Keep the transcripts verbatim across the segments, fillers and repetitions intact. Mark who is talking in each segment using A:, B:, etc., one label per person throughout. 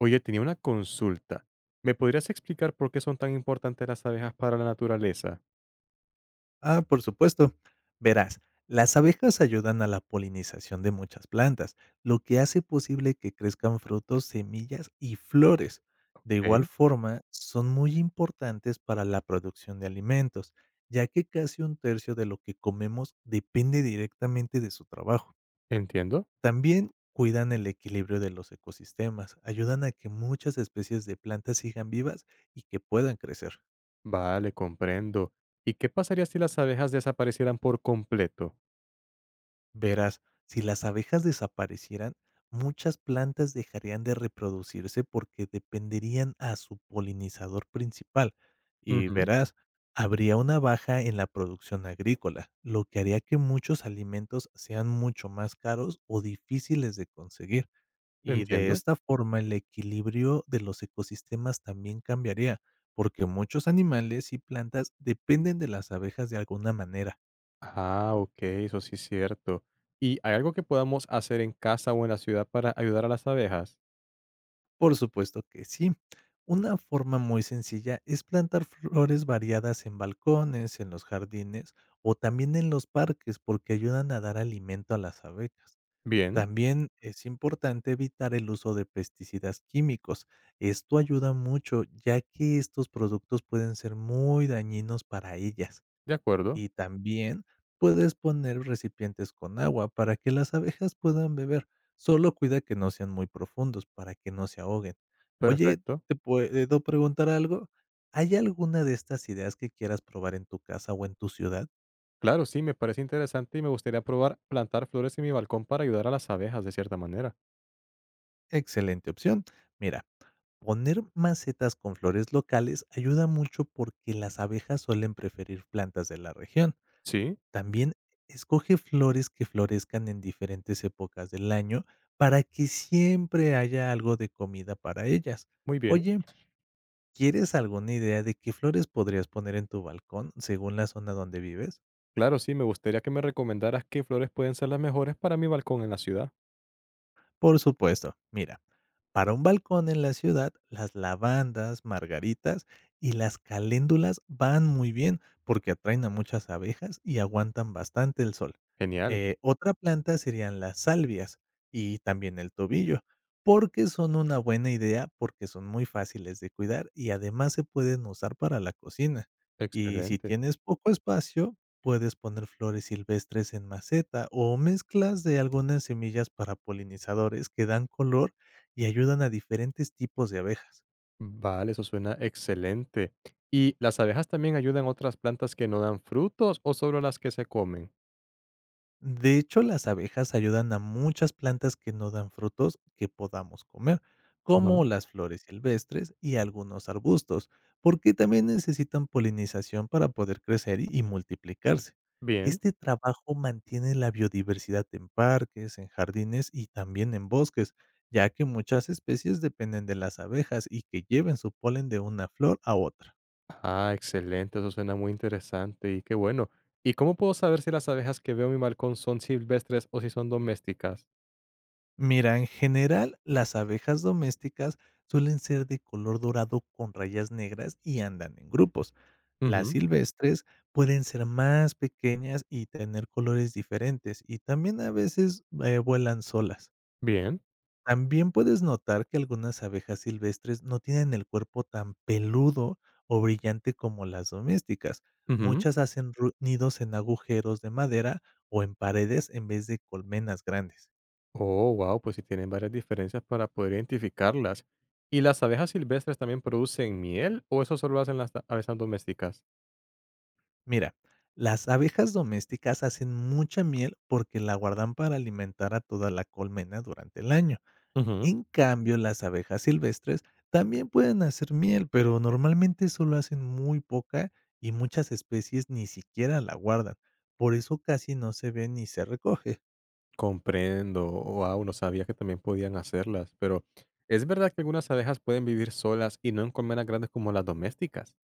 A: Oye, tenía una consulta. ¿Me podrías explicar por qué son tan importantes las abejas para la naturaleza?
B: Ah, por supuesto. Verás, las abejas ayudan a la polinización de muchas plantas, lo que hace posible que crezcan frutos, semillas y flores. De igual
A: Ok,
B: forma, son muy importantes para la producción de alimentos, ya que casi un tercio de lo que comemos depende directamente de su trabajo.
A: entiendo.
B: También cuidan el equilibrio de los ecosistemas, ayudan a que muchas especies de plantas sigan vivas y que puedan crecer.
A: Vale, comprendo. ¿Y qué pasaría si las abejas desaparecieran por completo?
B: Verás, si las abejas desaparecieran, muchas plantas dejarían de reproducirse porque dependerían a su polinizador principal. Y
A: Ujú.
B: verás, habría una baja en la producción agrícola, lo que haría que muchos alimentos sean mucho más caros o difíciles de conseguir. Y de
A: Entiendo.
B: esta forma el equilibrio de los ecosistemas también cambiaría, porque muchos animales y plantas dependen de las abejas de alguna manera.
A: Ah, ok, eso sí es cierto. ¿Y hay algo que podamos hacer en casa o en la ciudad para ayudar a las abejas?
B: Por supuesto que sí. Una forma muy sencilla es plantar flores variadas en balcones, en los jardines o también en los parques porque ayudan a dar alimento a las abejas.
A: Bien,
B: También es importante evitar el uso de pesticidas químicos. Esto ayuda mucho ya que estos productos pueden ser muy dañinos para ellas.
A: de acuerdo.
B: Y también puedes poner recipientes con agua para que las abejas puedan beber. Solo cuida que no sean muy profundos para que no se ahoguen. Oye,
A: Perfecto.
B: ¿te puedo preguntar algo? ¿Hay alguna de estas ideas que quieras probar en tu casa o en tu ciudad?
A: Claro, sí, me parece interesante y me gustaría probar plantar flores en mi balcón para ayudar a las abejas de cierta manera.
B: Excelente opción. Mira, poner macetas con flores locales ayuda mucho porque las abejas suelen preferir plantas de la región.
A: Sí,
B: También escoge flores que florezcan en diferentes épocas del año para que siempre haya algo de comida para ellas.
A: muy bien.
B: Oye, ¿quieres alguna idea de qué flores podrías poner en tu balcón según la zona donde vives?
A: Claro, sí, me gustaría que me recomendaras qué flores pueden ser las mejores para mi balcón en la ciudad.
B: Por supuesto, mira, para un balcón en la ciudad, las lavandas, margaritas y las caléndulas van muy bien porque atraen a muchas abejas y aguantan bastante el sol.
A: Genial,
B: Eh, otra planta serían las salvias y también el tobillo, porque son una buena idea porque son muy fáciles de cuidar y además se pueden usar para la cocina. Y si
A: excelente.
B: tienes poco espacio, puedes poner flores silvestres en maceta o mezclas de algunas semillas para polinizadores que dan color y ayudan a diferentes tipos de abejas.
A: Vale, eso suena excelente. ¿Y las abejas también ayudan a otras plantas que no dan frutos o solo las que se comen?
B: De hecho, las abejas ayudan a muchas plantas que no dan frutos que podamos comer,
A: Ajá.
B: como las flores silvestres y algunos arbustos, porque también necesitan polinización para poder crecer y y multiplicarse.
A: Bien.
B: Este trabajo mantiene la biodiversidad en parques, en jardines y también en bosques, ya que muchas especies dependen de las abejas y que lleven su polen de una flor a otra.
A: Ah, excelente, eso suena muy interesante y qué bueno. ¿Y cómo puedo saber si las abejas que veo en mi balcón son silvestres o si son domésticas?
B: Mira, en general, las abejas domésticas suelen ser de color dorado con rayas negras y andan en grupos. Las
A: Ujú.
B: silvestres pueden ser más pequeñas y tener colores diferentes y también a veces eh, vuelan solas.
A: Bien.
B: También puedes notar que algunas abejas silvestres no tienen el cuerpo tan peludo o brillante como las domésticas.
A: Ujú.
B: Muchas hacen ru- nidos en agujeros de madera o en paredes en vez de colmenas grandes.
A: Oh, wow, pues sí tienen varias diferencias para poder identificarlas. ¿Y las abejas silvestres también producen miel o eso solo lo hacen las ta- abejas domésticas?
B: Mira, las abejas domésticas hacen mucha miel porque la guardan para alimentar a toda la colmena durante el año.
A: Ujú.
B: En cambio, las abejas silvestres también pueden hacer miel, pero normalmente solo hacen muy poca y muchas especies ni siquiera la guardan. Por eso casi no se ve ni se recoge.
A: Comprendo. Wow, no sabía que también podían hacerlas, pero ¿es verdad que algunas abejas pueden vivir solas y no en colmenas grandes como las domésticas?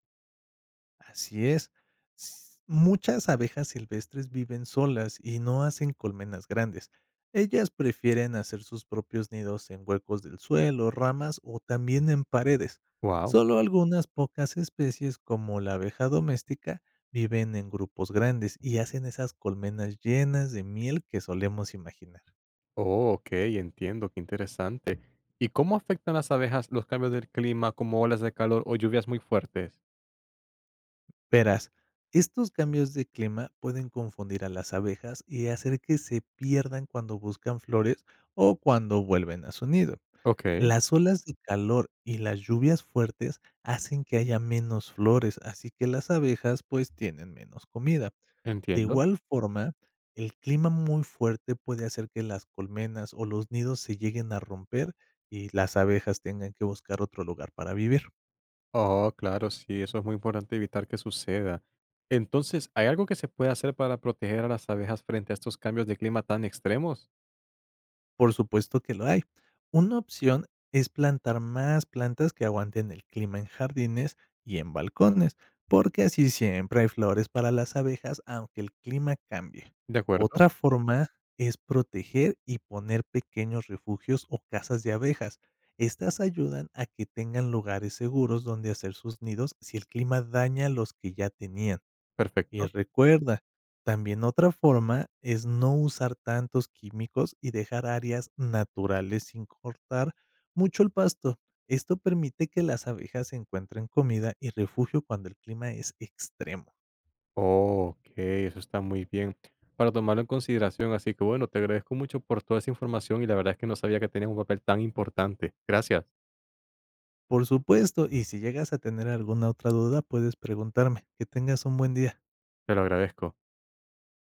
B: Así es. S- Muchas abejas silvestres viven solas y no hacen colmenas grandes. Ellas prefieren hacer sus propios nidos en huecos del suelo, ramas o también en paredes.
A: Wow.
B: Solo algunas pocas especies, como la abeja doméstica, viven en grupos grandes y hacen esas colmenas llenas de miel que solemos imaginar.
A: Oh, ok, entiendo, qué interesante. ¿Y cómo afectan las abejas los cambios del clima como olas de calor o lluvias muy fuertes?
B: Verás, estos cambios de clima pueden confundir a las abejas y hacer que se pierdan cuando buscan flores o cuando vuelven a su nido.
A: Ok,
B: Las olas de calor y las lluvias fuertes hacen que haya menos flores, así que las abejas pues tienen menos comida. De
A: entiendo.
B: igual forma, el clima muy fuerte puede hacer que las colmenas o los nidos se lleguen a romper y las abejas tengan que buscar otro lugar para vivir.
A: Oh, claro, sí, eso es muy importante evitar que suceda. Entonces, ¿hay algo que se puede hacer para proteger a las abejas frente a estos cambios de clima tan extremos?
B: Por supuesto que lo hay. Una opción es plantar más plantas que aguanten el clima en jardines y en balcones, porque así siempre hay flores para las abejas aunque el clima cambie.
A: De acuerdo,
B: Otra forma es proteger y poner pequeños refugios o casas de abejas. Estas ayudan a que tengan lugares seguros donde hacer sus nidos si el clima daña los que ya tenían. Y
A: perfecto.
B: recuerda, también otra forma es no usar tantos químicos y dejar áreas naturales sin cortar mucho el pasto. Esto permite que las abejas encuentren comida y refugio cuando el clima es extremo.
A: Oh, ok, eso está muy bien. Para tomarlo en consideración, así que bueno, te agradezco mucho por toda esa información y la verdad es que no sabía que tenías un papel tan importante. Gracias,
B: Por supuesto, y si llegas a tener alguna otra duda, puedes preguntarme. Que tengas un buen día.
A: te lo agradezco.